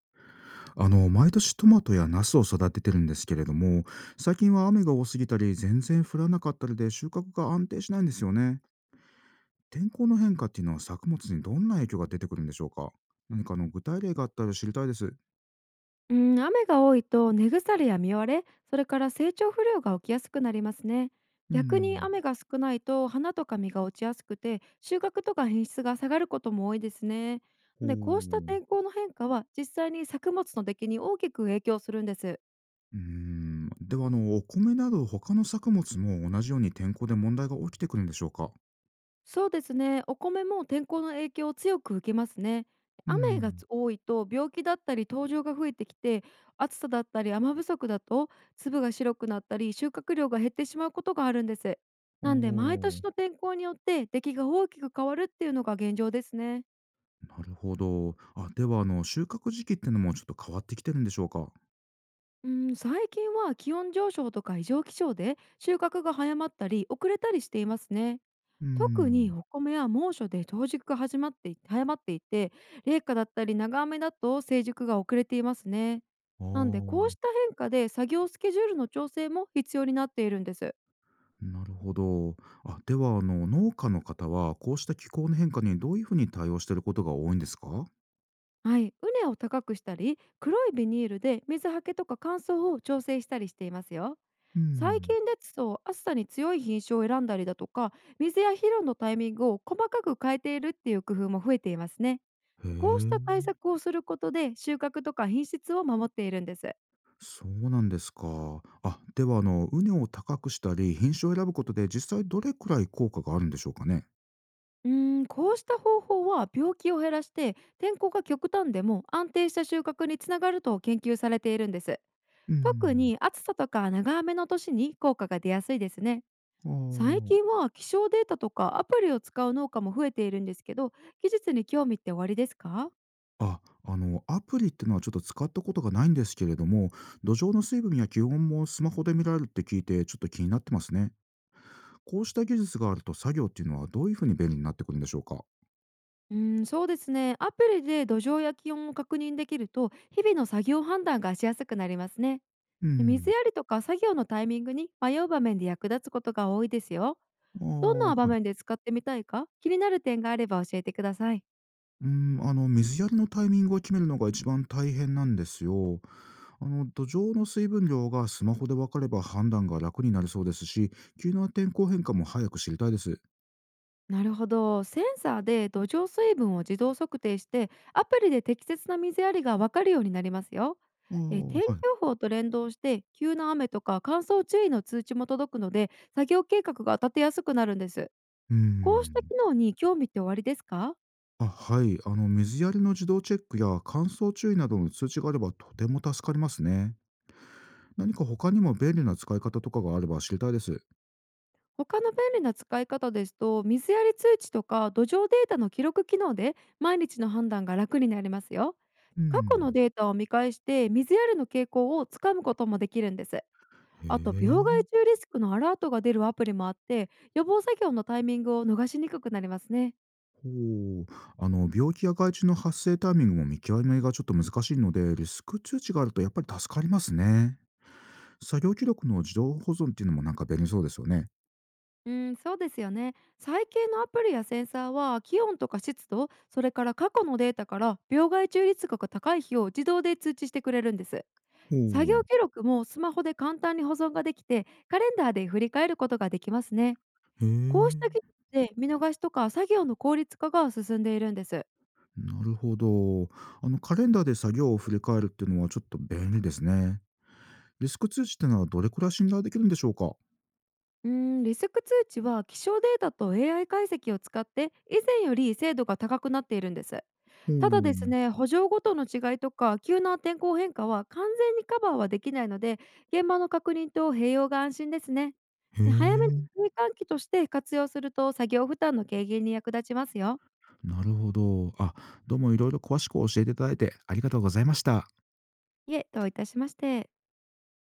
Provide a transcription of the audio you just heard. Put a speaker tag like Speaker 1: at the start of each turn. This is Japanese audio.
Speaker 1: 毎年トマトやナスを育ててるんですけれども、最近は雨が多すぎたり、全然降らなかったりで収穫が安定しないんですよね。天候の変化っていうのは作物にどんな影響が出てくるんでしょうか？何かあの具体例があったら知りたいです。
Speaker 2: うん、雨が多いと根腐れや実割れ、それから成長不良が起きやすくなりますね。
Speaker 1: う
Speaker 2: 逆に
Speaker 1: ん。
Speaker 2: 雨が少ないと花とか実が落ちやすくて収穫とか品質が下がることも多いですね。
Speaker 1: ほ
Speaker 2: で、こうした
Speaker 1: う。
Speaker 2: 天候の変化は実際に作物の出来に大きく影響するんです。
Speaker 1: うーん。では、お米など他の作物も同じように天候で問題が起きてくるんでしょうか？
Speaker 2: そうですね。お米も天候の影響を強く受けますね。
Speaker 1: う
Speaker 2: 雨が
Speaker 1: ん。
Speaker 2: 多いと病気だったり糖尿が増えてきて暑さだったり雨不足だと粒が白くなったり収穫量が減ってしまうことがあるんです。
Speaker 1: お
Speaker 2: なんで毎年
Speaker 1: お。
Speaker 2: の天候によって出来が大きく変わるっていうのが現状ですね。
Speaker 1: なるほど。あ、では、収穫時期ってのもちょっと変わってきてるんでしょうか？
Speaker 2: うん、最近は気温上昇とか異常気象で収穫が早まったり遅れたりしていますね。
Speaker 1: う
Speaker 2: 特に
Speaker 1: ん。
Speaker 2: お米は猛暑で冬熟が始まってい早まっていて冷夏だったり長雨だと成熟が遅れていますね。
Speaker 1: あ
Speaker 2: なんでこう
Speaker 1: あ。
Speaker 2: した変化で作業スケジュールの調整も必要になっているんです。
Speaker 1: なるほど。あ、では、農家の方は、こうした気候の変化にどういうふうに対応していることが多いんですか？
Speaker 2: はい、畝を高くしたり黒いビニールで水はけとか乾燥を調整したりしていますよ。
Speaker 1: う
Speaker 2: 最
Speaker 1: ん。
Speaker 2: 近ですと暑さに強い品種を選んだりだとか水や肥料のタイミングを細かく変えているっていう工夫も増えていますね。
Speaker 1: へ
Speaker 2: こうした対
Speaker 1: え、
Speaker 2: 策をすることで収穫とか品質を守っているんです。
Speaker 1: そうなんですか。あ、では、畝を高くしたり、品種を選ぶことで、実際どれくらい効果があるんでしょうかね？
Speaker 2: こうした方法は病気を減らして天候が極端でも安定した収穫につながると研究されているんです。
Speaker 1: う
Speaker 2: 特
Speaker 1: ん。
Speaker 2: に暑さとか長雨の年に効果が出やすいですね。
Speaker 1: あ
Speaker 2: 最
Speaker 1: ー
Speaker 2: 近は気象データとかアプリを使う農家も増えているんですけど、技術に興味っておありですか？
Speaker 1: あ、アプリってのはちょっと使ったことがないんですけれども、土壌の水分や気温もスマホで見られるって聞いて、ちょっと気になってますね。こうした技術があると、作業っていうのはどういうふうに便利になってくるんでしょうか？
Speaker 2: うん、そうですね。アプリで土壌や気温を確認できると日々の作業判断がしやすくなりますね。
Speaker 1: う
Speaker 2: で、水
Speaker 1: ん。
Speaker 2: やりとか作業のタイミングに迷う場面で役立つことが多いですよ。
Speaker 1: あ
Speaker 2: どん
Speaker 1: あ、は
Speaker 2: な場
Speaker 1: い。
Speaker 2: 面で使ってみたいか気になる点があれば教えてください。
Speaker 1: うーん、水やりのタイミングを決めるのが一番大変なんですよ。土壌の水分量がスマホで分かれば判断が楽になりそうですし、急な天候変化も早く知りたいです。
Speaker 2: なるほど。センサーで土壌水分を自動測定してアプリで適切な水やりがわかるようになりますよ。
Speaker 1: あ
Speaker 2: で、天気
Speaker 1: あ、はい。
Speaker 2: 予報と連動して急な雨とか乾燥注意の通知も届くので作業計画が立てやすくなるんです。
Speaker 1: うー
Speaker 2: こうした機
Speaker 1: ん。
Speaker 2: 能に興味っておありですか？
Speaker 1: あ、はい。水やりの自動チェックや乾燥注意などの通知があればとても助かりますね。何か他にも便利な使い方とかがあれば知りたいです。
Speaker 2: 他の便利な使い方ですと、水やり通知とか土壌データの記録機能で毎日の判断が楽になりますよ。
Speaker 1: う
Speaker 2: 過去の
Speaker 1: ん。
Speaker 2: データを見返して水やりの傾向をつかむこともできるんです。
Speaker 1: へ
Speaker 2: あと、病
Speaker 1: え。
Speaker 2: 害虫リスクのアラートが出るアプリもあって、予防作業のタイミングを逃しにくくなりますね。
Speaker 1: ほう。病気や害虫の発生タイミングも見極めがちょっと難しいので、リスク通知があるとやっぱり助かりますね。作業記録の自動保存っていうのもなんか便利そうですよね。
Speaker 2: うん、そうですよね。最近のアプリやセンサーは気温とか湿度、それから過去のデータから病害虫リスクが高い日を自動で通知してくれるんです。
Speaker 1: ほ
Speaker 2: 作業
Speaker 1: う。
Speaker 2: 記録もスマホで簡単に保存ができて、カレンダーで振り返ることができますね。
Speaker 1: へ
Speaker 2: こうした
Speaker 1: え。
Speaker 2: 技術で見逃しとか作業の効率化が進んでいるんです。
Speaker 1: なるほど。カレンダーで作業を振り返るっていうのはちょっと便利ですね。リスク通知ってのはどれくらい信頼できるんでしょうか？ほ
Speaker 2: うーリスク通知は気象データと AI 解析を使って以前より精度が高くなっているんです。ただです
Speaker 1: う。
Speaker 2: ね、補助ごとの違いとか急な天候変化は完全にカバーはできないので、現場の確認と併用が安心ですね。
Speaker 1: へ
Speaker 2: で、早めの
Speaker 1: え。
Speaker 2: 注意喚起として活用すると作業負担の軽減に役立ちますよ。
Speaker 1: なるほど。あ、どうもいろいろ詳しく教えていただいてありがとうございました。
Speaker 2: いえ、どういたしまして。